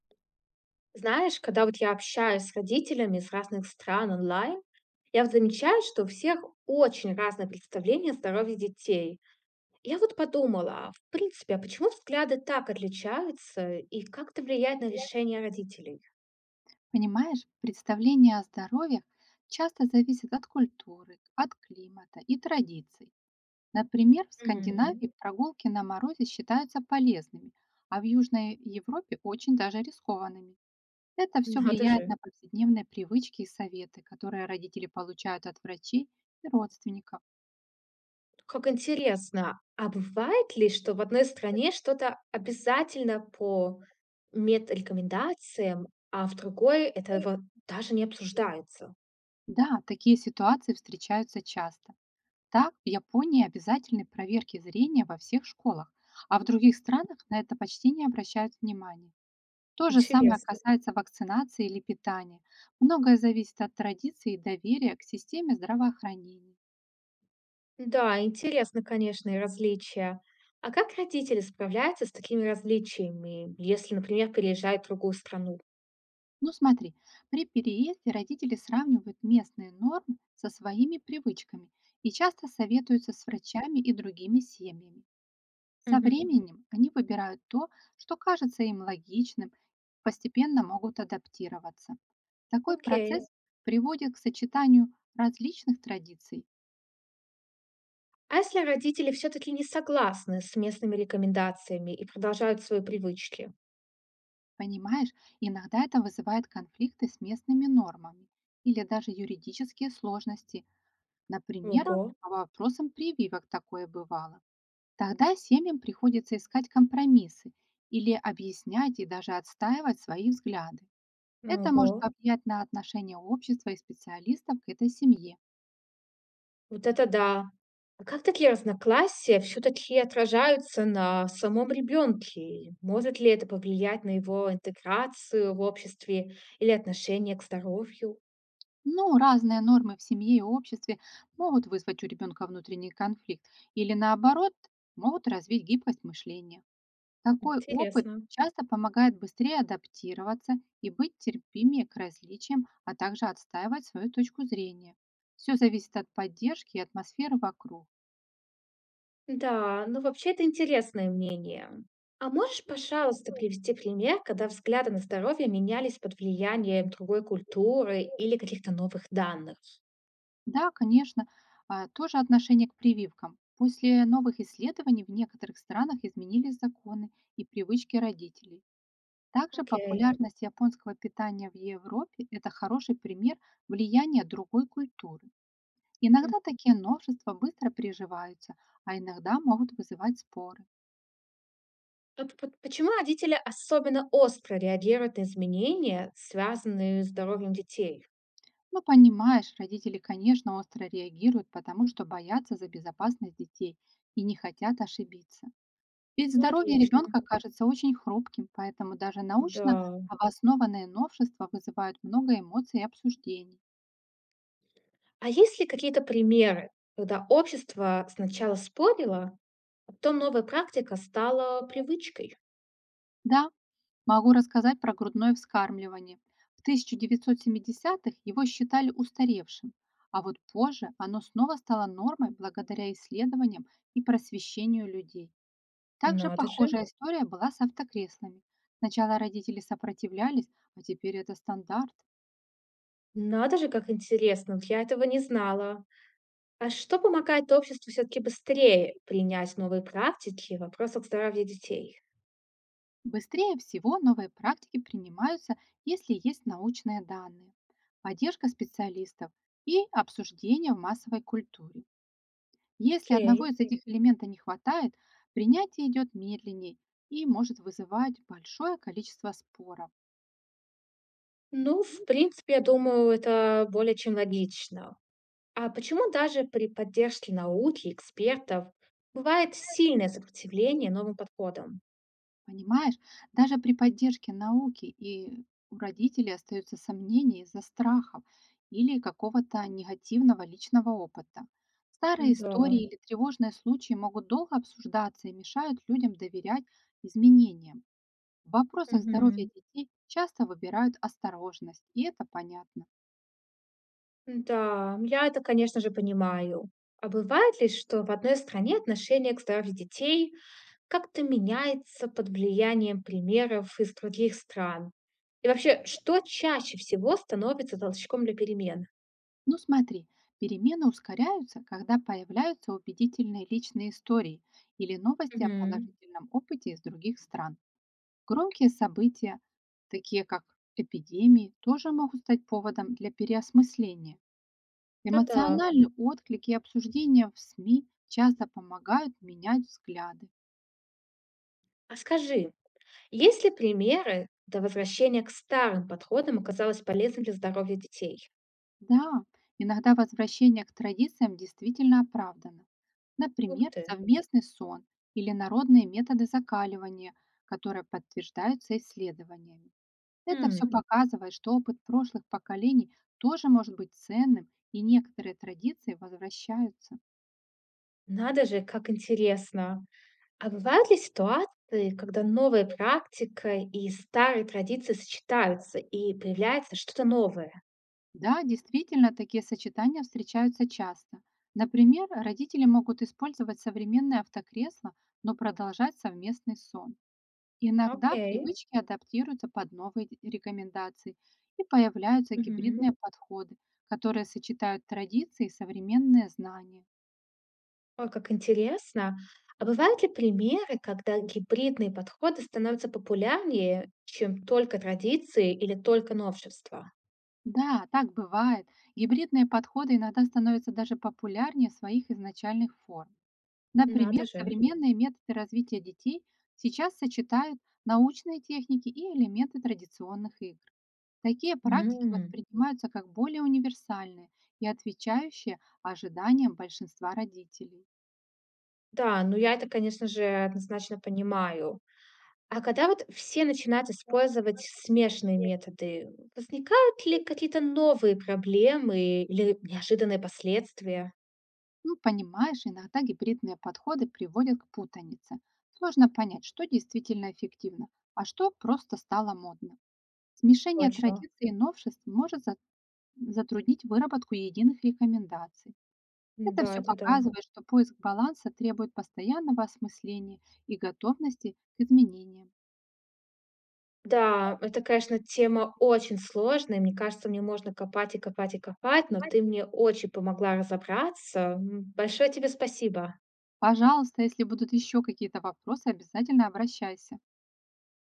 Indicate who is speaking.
Speaker 1: Знаешь, когда вот я общаюсь с родителями из разных стран онлайн, я вот замечаю, что у всех очень разное представление о здоровье детей. Я вот подумала, а в принципе, а почему взгляды так отличаются и как это влияет на решение родителей?
Speaker 2: Понимаешь, представления о здоровье часто зависят от культуры, от климата и традиций. Например, в
Speaker 1: Мгм.
Speaker 2: Скандинавии прогулки на морозе считаются полезными, а в Южной Европе очень даже рискованными. Это все
Speaker 1: Надо
Speaker 2: влияет
Speaker 1: же.
Speaker 2: на повседневные привычки и советы, которые родители получают от врачей и родственников.
Speaker 1: Как интересно. А бывает ли, что в одной стране что-то обязательно по медрекомендациям, а в другой это вот даже не обсуждается?
Speaker 2: Да, такие ситуации встречаются часто. Так, в Японии обязательны проверки зрения во всех школах, а в других странах на это почти не обращают внимания. То же самое
Speaker 1: Интересно.
Speaker 2: касается вакцинации или питания. Многое зависит от традиции и доверия к системе здравоохранения.
Speaker 1: Да, интересно, конечно, и различия. А как родители справляются с такими различиями, если, например, переезжают в другую страну?
Speaker 2: Ну смотри, при переезде родители сравнивают местные нормы со своими привычками и часто советуются с врачами и другими семьями. Со
Speaker 1: Мгм.
Speaker 2: временем они выбирают то, что кажется им логичным, постепенно могут адаптироваться. Такой
Speaker 1: Окей.
Speaker 2: процесс приводит к сочетанию различных традиций.
Speaker 1: А если родители все-таки не согласны с местными рекомендациями и продолжают свои привычки?
Speaker 2: Понимаешь, иногда это вызывает конфликты с местными нормами или даже юридические сложности. Например,
Speaker 1: Ого,
Speaker 2: по вопросам прививок такое бывало. Тогда семьям приходится искать компромиссы или объяснять и даже отстаивать свои взгляды. Это
Speaker 1: ого,
Speaker 2: может повлиять на отношение общества и специалистов к этой семье.
Speaker 1: вот это да. А как такие разногласия все-таки отражаются на самом ребенке? Может ли это повлиять на его интеграцию в обществе или отношение к здоровью?
Speaker 2: Ну, разные нормы в семье и обществе могут вызвать у ребенка внутренний конфликт или наоборот могут развить гибкость мышления. Такой опыт
Speaker 1: Интересно.
Speaker 2: часто помогает быстрее адаптироваться и быть терпимее к различиям, а также отстаивать свою точку зрения. Все зависит от поддержки и атмосферы вокруг.
Speaker 1: Да, ну вообще это интересное мнение. А можешь, пожалуйста, привести пример, когда взгляды на здоровье менялись под влиянием другой культуры или каких-то новых данных?
Speaker 2: Да, конечно. Тоже отношение к прививкам. После новых исследований в некоторых странах изменились законы и привычки родителей. Также
Speaker 1: Окей.
Speaker 2: популярность японского питания в Европе — это хороший пример влияния другой культуры.
Speaker 1: М.
Speaker 2: Иногда такие новшества быстро приживаются, а иногда могут вызывать споры.
Speaker 1: А почему родители особенно остро реагируют на изменения, связанные с здоровьем детей?
Speaker 2: Ну, понимаешь, родители, конечно, остро реагируют, потому что боятся за безопасность детей и не хотят ошибиться. Ведь
Speaker 1: Ну,
Speaker 2: здоровье
Speaker 1: отлично.
Speaker 2: ребенка кажется очень хрупким, поэтому даже научно
Speaker 1: Да.
Speaker 2: обоснованные новшества вызывают много эмоций и обсуждений.
Speaker 1: А есть ли какие-то примеры, когда общество сначала спорило, а потом новая практика стала привычкой?
Speaker 2: Да, могу рассказать про грудное вскармливание. В 1970-х его считали устаревшим, а вот позже оно снова стало нормой благодаря исследованиям и просвещению людей. Также
Speaker 1: Надо же.
Speaker 2: похожая история была с автокреслами. Сначала родители сопротивлялись, а теперь это стандарт.
Speaker 1: Надо же, как интересно, вот я этого не знала. А что помогает обществу все-таки быстрее принять новые практики в вопросах здоровья детей?
Speaker 2: Быстрее всего новые практики принимаются, если есть научные данные, поддержка специалистов и обсуждение в массовой культуре. Если одного
Speaker 1: Окей.
Speaker 2: из этих элементов не хватает, принятие идет медленнее и может вызывать большое количество споров.
Speaker 1: Ну, в принципе, я думаю, это более чем логично. А почему даже при поддержке науки, экспертов, бывает сильное сопротивление новым подходам?
Speaker 2: Понимаешь, даже при поддержке науки и у родителей остаются сомнения из-за страхов или какого-то негативного личного опыта. Старые
Speaker 1: Да.
Speaker 2: истории или тревожные случаи могут долго обсуждаться и мешают людям доверять изменениям. В вопросах здоровья
Speaker 1: Мгм.
Speaker 2: детей часто выбирают осторожность, и это понятно.
Speaker 1: Да, я это, конечно же, понимаю. А бывает ли, что в одной стране отношение к здоровью детей как-то меняется под влиянием примеров из других стран? И вообще, что чаще всего становится толчком для перемен?
Speaker 2: Ну смотри, перемены ускоряются, когда появляются убедительные личные истории или новости о
Speaker 1: Мгм.
Speaker 2: положительном опыте из других стран. Громкие события, такие как эпидемии, тоже могут стать поводом для переосмысления.
Speaker 1: Да-да.
Speaker 2: Эмоциональные отклики и обсуждения в СМИ часто помогают менять взгляды.
Speaker 1: А скажи, есть ли примеры, до возвращения к старым подходам оказалось полезным для здоровья детей?
Speaker 2: Да, иногда возвращение к традициям действительно оправдано.
Speaker 1: Ух
Speaker 2: Например,
Speaker 1: ты!
Speaker 2: совместный сон или народные методы закаливания, которые подтверждаются исследованиями. Это все
Speaker 1: М,
Speaker 2: показывает, что опыт прошлых поколений тоже может быть ценным, и некоторые традиции возвращаются.
Speaker 1: Надо же, как интересно! А бывают ли ситуации, когда новая практика и старые традиции сочетаются, и появляется что-то новое?
Speaker 2: Да, действительно, такие сочетания встречаются часто. Например, родители могут использовать современное автокресло, но продолжать совместный сон. Иногда
Speaker 1: Окей.
Speaker 2: привычки адаптируются под новые рекомендации и появляются
Speaker 1: Мгм.
Speaker 2: гибридные подходы, которые сочетают традиции и современные знания.
Speaker 1: Ой, как интересно. А бывают ли примеры, когда гибридные подходы становятся популярнее, чем только традиции или только новшества?
Speaker 2: Да, так бывает. Гибридные подходы иногда становятся даже популярнее своих изначальных форм.
Speaker 1: Надо
Speaker 2: Например,
Speaker 1: же.
Speaker 2: современные методы развития детей сейчас сочетают научные техники и элементы традиционных игр. Такие практики
Speaker 1: М,
Speaker 2: воспринимаются как более универсальные и отвечающие ожиданиям большинства родителей.
Speaker 1: Да, ну я это, конечно же, однозначно понимаю. А когда вот все начинают использовать смешанные методы, возникают ли какие-то новые проблемы или неожиданные последствия?
Speaker 2: Ну, понимаешь, иногда гибридные подходы приводят к путанице. Сложно понять, что действительно эффективно, а что просто стало модно. Смешение
Speaker 1: Точно.
Speaker 2: традиций и новшеств затруднить выработку единых рекомендаций. Это
Speaker 1: Да,
Speaker 2: все
Speaker 1: это да.
Speaker 2: показывает, что поиск баланса требует постоянного осмысления и готовности к изменениям.
Speaker 1: Да, это, конечно, тема очень сложная. Мне кажется, мне можно копать и копать и копать, но ты мне очень помогла разобраться. Большое тебе спасибо.
Speaker 2: Пожалуйста, если будут еще какие-то вопросы, обязательно обращайся.